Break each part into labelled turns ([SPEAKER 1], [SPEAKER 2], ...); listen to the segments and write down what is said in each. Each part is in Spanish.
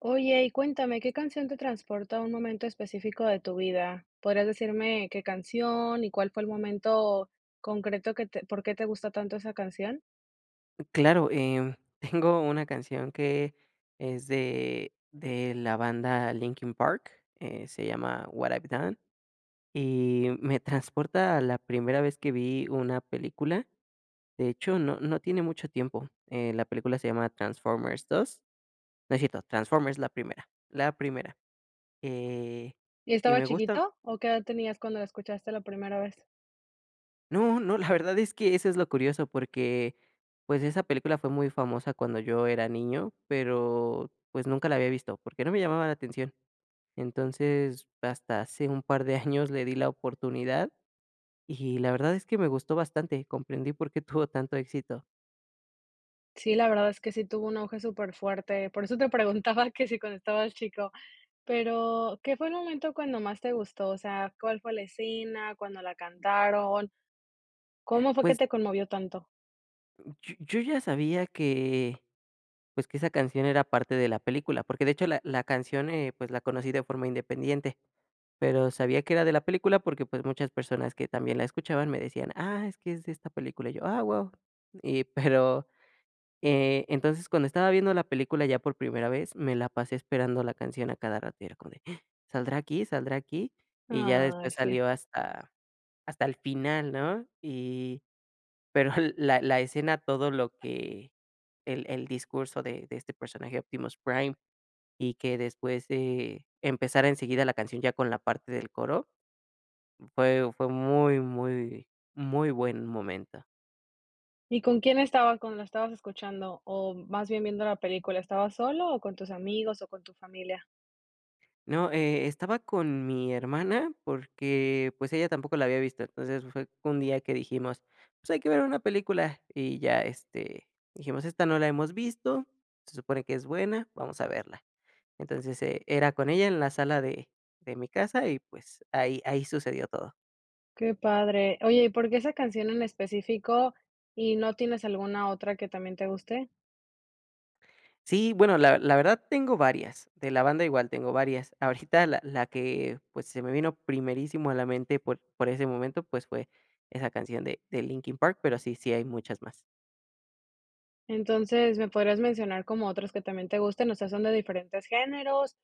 [SPEAKER 1] Oye, y cuéntame, ¿qué canción te transporta a un momento específico de tu vida? ¿Podrías decirme qué canción y cuál fue el momento concreto que te, por qué te gusta tanto esa canción?
[SPEAKER 2] Claro, tengo una canción que es de la banda Linkin Park, se llama What I've Done, y me transporta a la primera vez que vi una película. De hecho, no tiene mucho tiempo. La película se llama Transformers dos. No es cierto, Transformers la primera, la primera. Eh,
[SPEAKER 1] ¿Y
[SPEAKER 2] y
[SPEAKER 1] estaba
[SPEAKER 2] me gusta.
[SPEAKER 1] chiquito o qué edad tenías cuando la escuchaste la primera vez?
[SPEAKER 2] No, no, la verdad es que eso es lo curioso, porque, pues, esa película fue muy famosa cuando yo era niño, pero, pues, nunca la había visto, porque no me llamaba la atención. Entonces, hasta hace un par de años le di la oportunidad y la verdad es que me gustó bastante, comprendí por qué tuvo tanto éxito.
[SPEAKER 1] Sí, la verdad es que sí tuvo un auge súper fuerte, por eso te preguntaba que si cuando estabas chico, pero ¿qué fue el momento cuando más te gustó? O sea, ¿cuál fue la escena, cuando la cantaron? ¿Cómo fue que
[SPEAKER 2] Pues,
[SPEAKER 1] te conmovió tanto?
[SPEAKER 2] yo ya sabía que, pues, que esa canción era parte de la película, porque de hecho la canción, pues, la conocí de forma independiente. Pero sabía que era de la película porque, pues, muchas personas que también la escuchaban me decían: "Ah, es que es de esta película", y yo: "Ah, wow". Y pero, entonces, cuando estaba viendo la película ya por primera vez, me la pasé esperando la canción a cada rato, y era como de: "Ah, ¿saldrá aquí? ¿Saldrá aquí?". Y ya
[SPEAKER 1] Ay,
[SPEAKER 2] después
[SPEAKER 1] sí.
[SPEAKER 2] salió hasta el final, ¿no? Y pero la escena, todo lo que el discurso de este personaje, Optimus Prime, y que después, empezara enseguida la canción ya con la parte del coro. Fue muy, muy, muy buen momento.
[SPEAKER 1] ¿Y con quién estabas cuando la estabas escuchando? O más bien viendo la película, ¿estabas solo o con tus amigos o con tu familia?
[SPEAKER 2] No, estaba con mi hermana porque, pues, ella tampoco la había visto. Entonces, fue un día que dijimos: "Pues, hay que ver una película". Y ya, este, dijimos: "Esta no la hemos visto, se supone que es buena, vamos a verla". Entonces, era con ella en la sala de mi casa y, pues, ahí sucedió todo.
[SPEAKER 1] Qué padre. Oye, ¿y por qué esa canción en específico y no tienes alguna otra que también te guste?
[SPEAKER 2] Sí, bueno, la verdad tengo varias, de la banda igual tengo varias. Ahorita la que, pues, se me vino primerísimo a la mente por ese momento, pues, fue esa canción de Linkin Park, pero sí, sí hay muchas más.
[SPEAKER 1] Entonces, ¿me podrías mencionar como otras que también te gusten? O sea, ¿son de diferentes géneros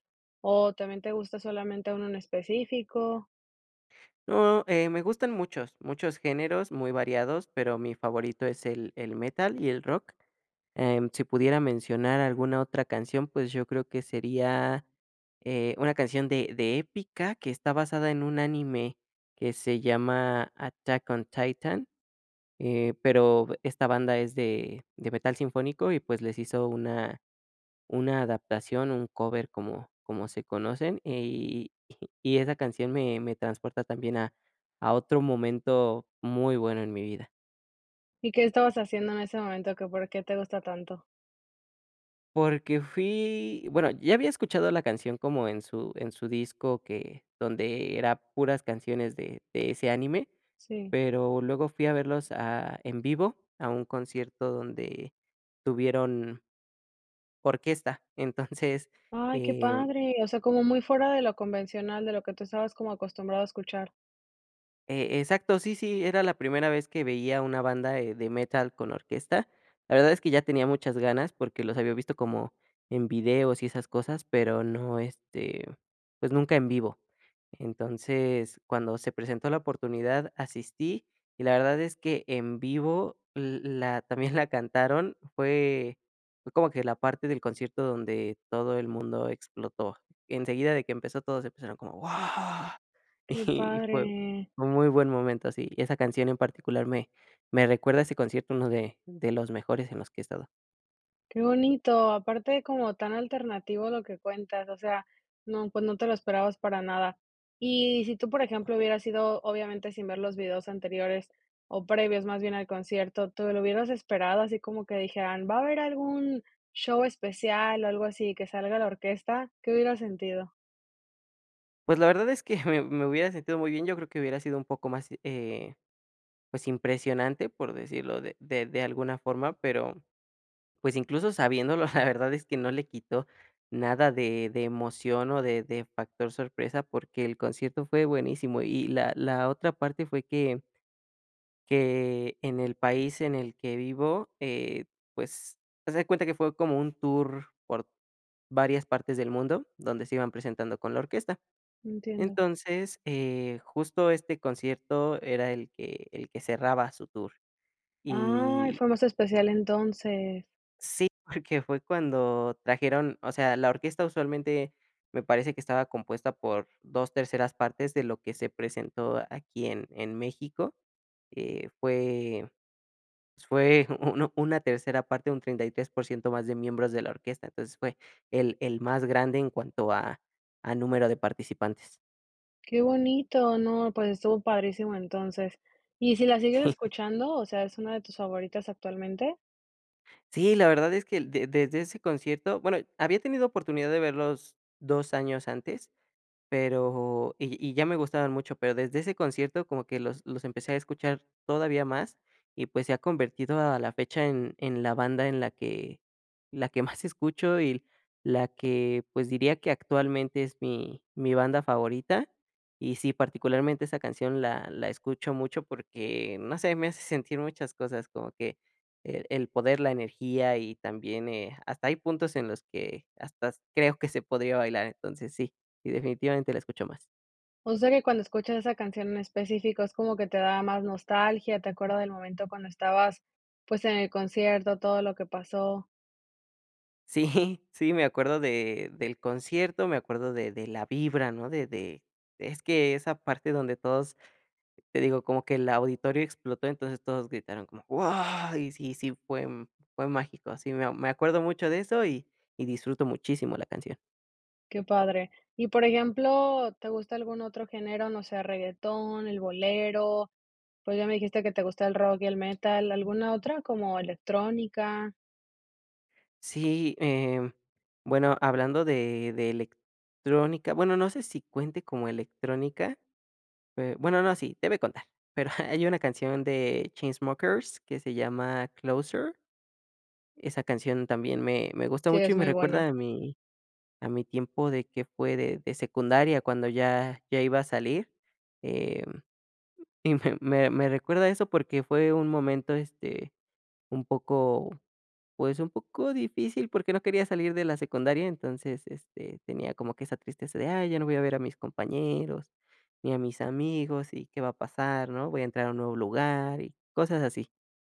[SPEAKER 1] o también te gusta solamente uno en específico?
[SPEAKER 2] No, me gustan muchos, muchos géneros muy variados, pero mi favorito es el metal y el rock. Si pudiera mencionar alguna otra canción, pues, yo creo que sería, una canción de épica que está basada en un anime que se llama Attack on Titan. Pero esta banda es de metal sinfónico y, pues, les hizo una adaptación, un cover como se conocen, y y esa canción me transporta también a otro momento muy bueno en mi vida.
[SPEAKER 1] ¿Y qué estabas haciendo en ese momento que por qué te gusta tanto?
[SPEAKER 2] Porque fui bueno, ya había escuchado la canción como en su disco que donde era puras canciones de ese anime,
[SPEAKER 1] Sí.
[SPEAKER 2] pero luego fui a verlos a en vivo, a un concierto donde tuvieron orquesta. Entonces,
[SPEAKER 1] Ay, qué
[SPEAKER 2] eh,
[SPEAKER 1] padre. O sea, como muy fuera de lo convencional, de lo que tú estabas como acostumbrado a escuchar.
[SPEAKER 2] Exacto, sí, sí, era la primera vez que veía una banda de metal con orquesta. La verdad es que ya tenía muchas ganas porque los había visto como en videos y esas cosas, pero no, este, pues nunca en vivo. Entonces, cuando se presentó la oportunidad, asistí y la verdad es que en vivo la, también la cantaron. Fue como que la parte del concierto donde todo el mundo explotó. Enseguida de que empezó, todos empezaron como, ¡wow!
[SPEAKER 1] Qué
[SPEAKER 2] Y fue
[SPEAKER 1] padre,
[SPEAKER 2] un muy buen momento, sí. Esa canción en particular me recuerda a ese concierto, uno de los mejores en los que he estado.
[SPEAKER 1] qué bonito. Aparte, como tan alternativo lo que cuentas, o sea, no, pues no te lo esperabas para nada. Y si tú, por ejemplo, hubieras ido, obviamente, sin ver los videos anteriores o previos, más bien al concierto, tú lo hubieras esperado así como que dijeran, ¿va a haber algún show especial o algo así que salga la orquesta? ¿Qué hubieras sentido?
[SPEAKER 2] Pues, la verdad es que me hubiera sentido muy bien, yo creo que hubiera sido un poco más, pues, impresionante, por decirlo de alguna forma, pero, pues, incluso sabiéndolo, la verdad es que no le quitó nada de emoción o de factor sorpresa, porque el concierto fue buenísimo. Y la otra parte fue que en el país en el que vivo, pues, haz de cuenta que fue como un tour por varias partes del mundo, donde se iban presentando con la orquesta.
[SPEAKER 1] No entiendo.
[SPEAKER 2] Entonces, justo este concierto era el que cerraba su tour.
[SPEAKER 1] Ay,
[SPEAKER 2] Y
[SPEAKER 1] fue más especial entonces.
[SPEAKER 2] sí, porque fue cuando trajeron, o sea, la orquesta usualmente me parece que estaba compuesta por 2 terceras partes de lo que se presentó aquí en México. Eh, fue Fue uno una tercera parte, un 33% más de miembros de la orquesta, entonces fue el más grande en cuanto a número de participantes.
[SPEAKER 1] Qué bonito, no, pues estuvo padrísimo entonces. ¿Y si la sigues escuchando, o sea, es una de tus favoritas actualmente?
[SPEAKER 2] Sí, sí, la verdad es que de desde ese concierto, bueno, había tenido oportunidad de verlos 2 años antes. Pero y ya me gustaban mucho, pero desde ese concierto como que los empecé a escuchar todavía más y, pues, se ha convertido a la fecha en la banda en la que más escucho y la que, pues, diría que actualmente es mi banda favorita. Y sí, particularmente esa canción la escucho mucho porque, no sé, me hace sentir muchas cosas, como que el poder, la energía y también, hasta hay puntos en los que hasta creo que se podría bailar, entonces sí. Y definitivamente la escucho más.
[SPEAKER 1] O sea, que cuando escuchas esa canción en específico es como que te da más nostalgia, te acuerdas del momento cuando estabas, pues, en el concierto, todo lo que pasó.
[SPEAKER 2] Sí, sí, me acuerdo de del concierto, me acuerdo de la vibra, ¿no? De es que esa parte donde todos, te digo, como que el auditorio explotó, entonces todos gritaron como: wow. Y sí, sí, fue fue mágico. Sí, me acuerdo mucho de eso y disfruto muchísimo la canción.
[SPEAKER 1] Qué padre. Y, por ejemplo, ¿te gusta algún otro género? No sé, reguetón, el bolero, pues ya me dijiste que te gusta el rock y el metal, ¿alguna otra como electrónica?
[SPEAKER 2] Sí, bueno, hablando de electrónica, bueno, no sé si cuente como electrónica. Bueno, no, sí, debe contar. Pero hay una canción de Chainsmokers que se llama Closer. Esa canción también me gusta
[SPEAKER 1] Sí,
[SPEAKER 2] mucho y
[SPEAKER 1] es
[SPEAKER 2] me
[SPEAKER 1] muy
[SPEAKER 2] recuerda
[SPEAKER 1] buena.
[SPEAKER 2] a mi tiempo de que fue de secundaria cuando ya iba a salir, em, y me recuerda eso porque fue un momento, este, un poco pues, un poco difícil, porque no quería salir de la secundaria, entonces, este, tenía como que esa tristeza de: "Ay, ya no voy a ver a mis compañeros, ni a mis amigos, ¿y qué va a pasar?, ¿no? Voy a entrar a un nuevo lugar", y cosas así.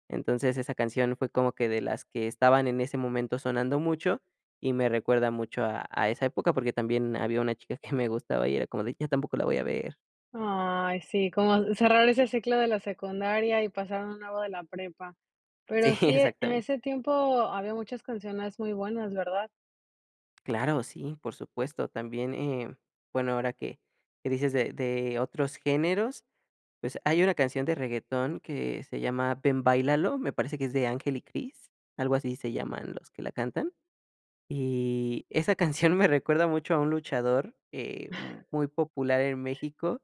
[SPEAKER 2] Entonces, esa canción fue como que de las que estaban en ese momento sonando mucho, y me recuerda mucho a esa época, porque también había una chica que me gustaba y era como de: "Ya tampoco la voy a ver".
[SPEAKER 1] Ay, sí, como cerrar ese ciclo de la secundaria y pasar a un nuevo de la prepa.
[SPEAKER 2] Sí,
[SPEAKER 1] Pero sí, en
[SPEAKER 2] exactamente.
[SPEAKER 1] ese tiempo había muchas canciones muy buenas, ¿verdad?
[SPEAKER 2] Claro, sí, por supuesto. También, bueno, ahora que dices de otros géneros, pues, hay una canción de reggaetón que se llama Ven Bailalo, me parece que es de Ángel y Cris, algo así se llaman los que la cantan. Y esa canción me recuerda mucho a un luchador, muy popular en México,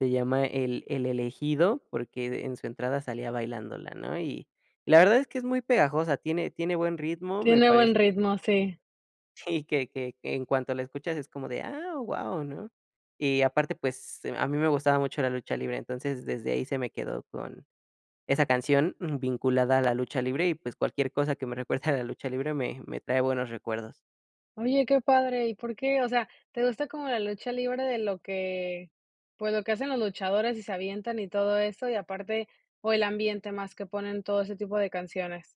[SPEAKER 2] se llama El Elegido, porque en su entrada salía bailándola, ¿no? Y la verdad es que es muy pegajosa, tiene buen ritmo, me
[SPEAKER 1] Tiene buen
[SPEAKER 2] parece
[SPEAKER 1] ritmo, sí.
[SPEAKER 2] y que en cuanto la escuchas es como de: "Ah, guau", ¿no? Y aparte, pues, a mí me gustaba mucho la lucha libre, entonces desde ahí se me quedó con esa canción, vinculada a la lucha libre y, pues, cualquier cosa que me recuerde a la lucha libre me trae buenos recuerdos.
[SPEAKER 1] Oye, qué padre. ¿Y por qué? O sea, ¿te gusta como la lucha libre de lo que, pues lo que hacen los luchadores y se avientan y todo eso? Y aparte, ¿o el ambiente más que ponen todo ese tipo de canciones?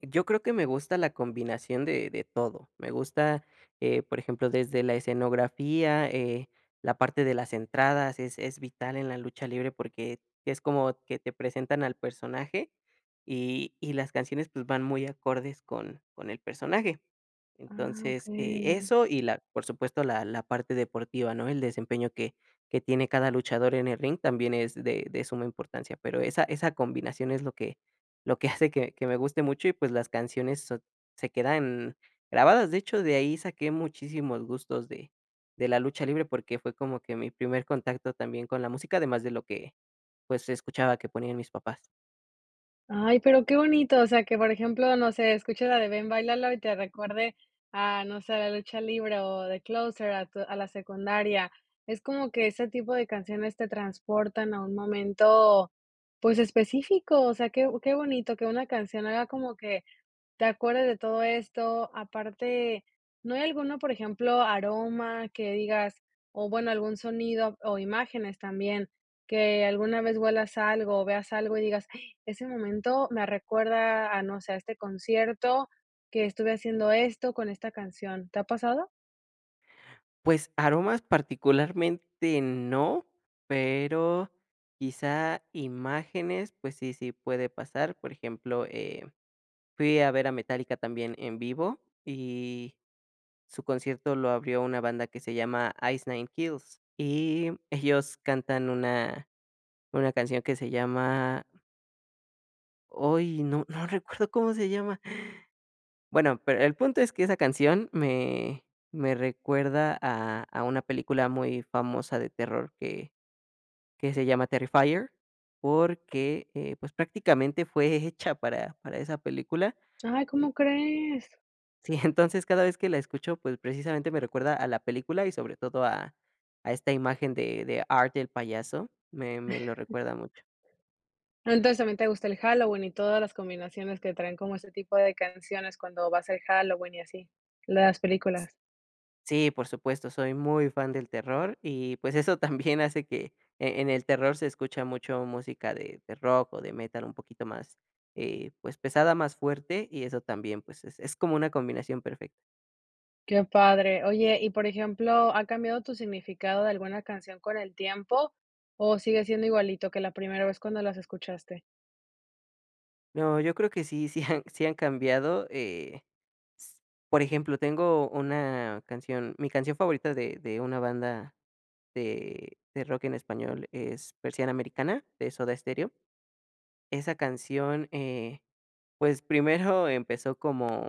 [SPEAKER 2] Yo creo que me gusta la combinación de todo. Me gusta, por ejemplo, desde la escenografía, la parte de las entradas es vital en la lucha libre porque es como que te presentan al personaje y las canciones, pues, van muy acordes con el personaje.
[SPEAKER 1] Ah, ok.
[SPEAKER 2] Entonces, eso y la por supuesto, la parte deportiva, ¿no? El desempeño que tiene cada luchador en el ring también es de suma importancia, pero esa combinación es lo que hace que me guste mucho y, pues, las canciones se quedan grabadas. De hecho, de ahí saqué muchísimos gustos de la lucha libre, porque fue como que mi primer contacto también con la música, además de lo que, pues, escuchaba que ponían mis papás.
[SPEAKER 1] Ay, pero qué bonito, o sea, que, por ejemplo, no sé, escuches la de Ven, Báilalo y te recuerde a, no sé, a La Lucha Libre o de Closer, a tu a la secundaria. Es como que ese tipo de canciones te transportan a un momento, pues, específico, o sea, qué bonito que una canción haga como que te acuerdas de todo esto. Aparte, ¿no hay alguno, por ejemplo, aroma que digas, o bueno, algún sonido o imágenes también, que alguna vez huelas algo o veas algo y digas: "Ay, ese momento me recuerda a, no sé, a este concierto que estuve haciendo esto con esta canción"? ¿Te ha pasado?
[SPEAKER 2] Pues, aromas particularmente no, pero quizá imágenes, pues sí, sí puede pasar. Por ejemplo, fui a ver a Metallica también en vivo y su concierto lo abrió una banda que se llama Ice Nine Kills, y ellos cantan una canción que se llama, hoy no recuerdo cómo se llama. Bueno, pero el punto es que esa canción me recuerda a una película muy famosa de terror que se llama Terrifier, porque, pues, prácticamente fue hecha para esa película.
[SPEAKER 1] Ay, ¿cómo crees?
[SPEAKER 2] Sí, entonces cada vez que la escucho, pues precisamente me recuerda a la película y sobre todo a esta imagen de Art el payaso, me lo recuerda mucho.
[SPEAKER 1] Entonces también te gusta el Halloween y todas las combinaciones que traen como ese tipo de canciones cuando va a ser Halloween y así, las películas.
[SPEAKER 2] Sí, por supuesto, soy muy fan del terror y pues eso también hace que en el terror se escucha mucho música de rock o de metal un poquito más, pues pesada, más fuerte y eso también, pues es como una combinación perfecta.
[SPEAKER 1] Qué padre. Oye, y por ejemplo, ¿ha cambiado tu significado de alguna canción con el tiempo o sigue siendo igualito que la primera vez cuando las escuchaste?
[SPEAKER 2] No, yo creo que sí, sí han cambiado, S por ejemplo, tengo una canción mi canción favorita de una banda de rock en español es Persiana Americana, de Soda Stereo. Esa canción, pues primero empezó como,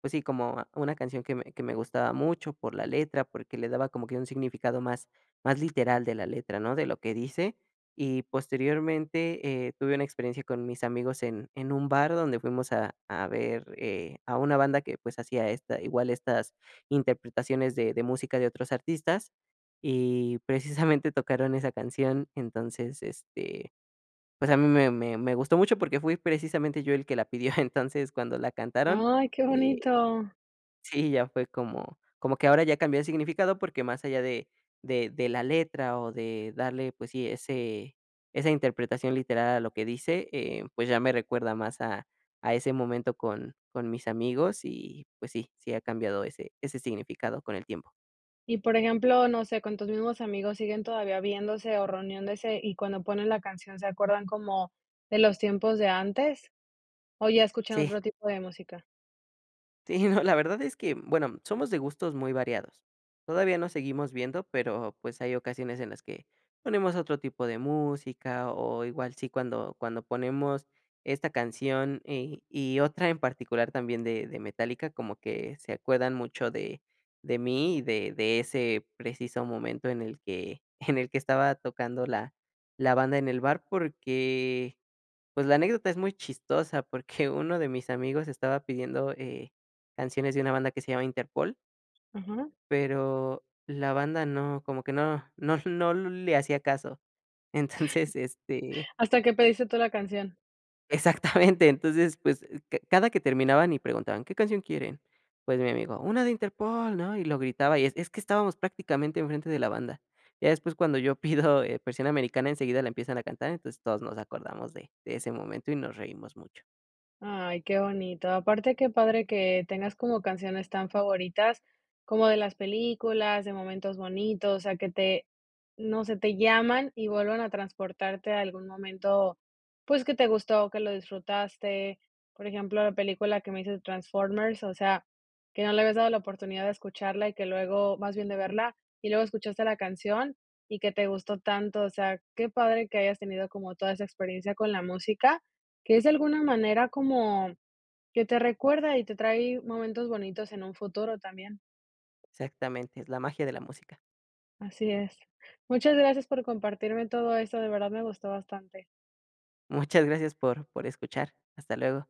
[SPEAKER 2] pues sí, como una canción que me gustaba mucho por la letra, porque le daba como que un significado más literal de la letra, ¿no? De lo que dice. Y posteriormente, tuve una experiencia con mis amigos en un bar donde fuimos a ver, a una banda que, pues, hacía esta igual estas interpretaciones de música de otros artistas, y precisamente tocaron esa canción. Entonces, este, pues, a mí me gustó mucho porque fui precisamente yo el que la pidió, entonces, cuando la cantaron,
[SPEAKER 1] Ay, qué
[SPEAKER 2] eh,
[SPEAKER 1] bonito.
[SPEAKER 2] sí, ya fue como que ahora ya cambió el significado, porque más allá de la letra o de darle, pues sí, ese esa interpretación literal a lo que dice, pues, ya me recuerda más a ese momento con mis amigos y, pues sí, sí ha cambiado ese significado con el tiempo.
[SPEAKER 1] Y por ejemplo, no sé, ¿con tus mismos amigos siguen todavía viéndose o reuniéndose y cuando ponen la canción se acuerdan como de los tiempos de antes o ya escuchan
[SPEAKER 2] Sí.
[SPEAKER 1] otro tipo de música?
[SPEAKER 2] Sí, no, la verdad es que, bueno, somos de gustos muy variados. Todavía nos seguimos viendo, pero pues hay ocasiones en las que ponemos otro tipo de música o igual sí cuando, ponemos esta canción y, otra en particular también de, Metallica, como que se acuerdan mucho de, mí y de, ese preciso momento en el que, en el que estaba tocando la, banda en el bar porque pues la anécdota es muy chistosa porque uno de mis amigos estaba pidiendo, canciones de una banda que se llama Interpol,
[SPEAKER 1] Ajá.
[SPEAKER 2] pero la banda no, como que no le hacía caso. Entonces, este,
[SPEAKER 1] Hasta que pediste tú la canción.
[SPEAKER 2] exactamente, entonces, pues, ca cada que terminaban y preguntaban: "¿Qué canción quieren?". Pues mi amigo: "Una de Interpol", ¿no? Y lo gritaba, y es que estábamos prácticamente enfrente de la banda. Ya después cuando yo pido, Persiana Americana, enseguida la empiezan a cantar, entonces todos nos acordamos de ese momento y nos reímos mucho.
[SPEAKER 1] Ay, qué bonito. Aparte, qué padre que tengas como canciones tan favoritas, como de las películas, de momentos bonitos, o sea, que te, no sé, te llaman y vuelvan a transportarte a algún momento, pues que te gustó, que lo disfrutaste. Por ejemplo, la película que me hizo Transformers, o sea, que no le habías dado la oportunidad de escucharla y que luego, más bien de verla, y luego escuchaste la canción y que te gustó tanto. O sea, qué padre que hayas tenido como toda esa experiencia con la música. Que es de alguna manera como que te recuerda y te trae momentos bonitos en un futuro también.
[SPEAKER 2] Exactamente, es la magia de la música.
[SPEAKER 1] Así es. Muchas gracias por compartirme todo esto, de verdad me gustó bastante.
[SPEAKER 2] Muchas gracias por escuchar. Hasta luego.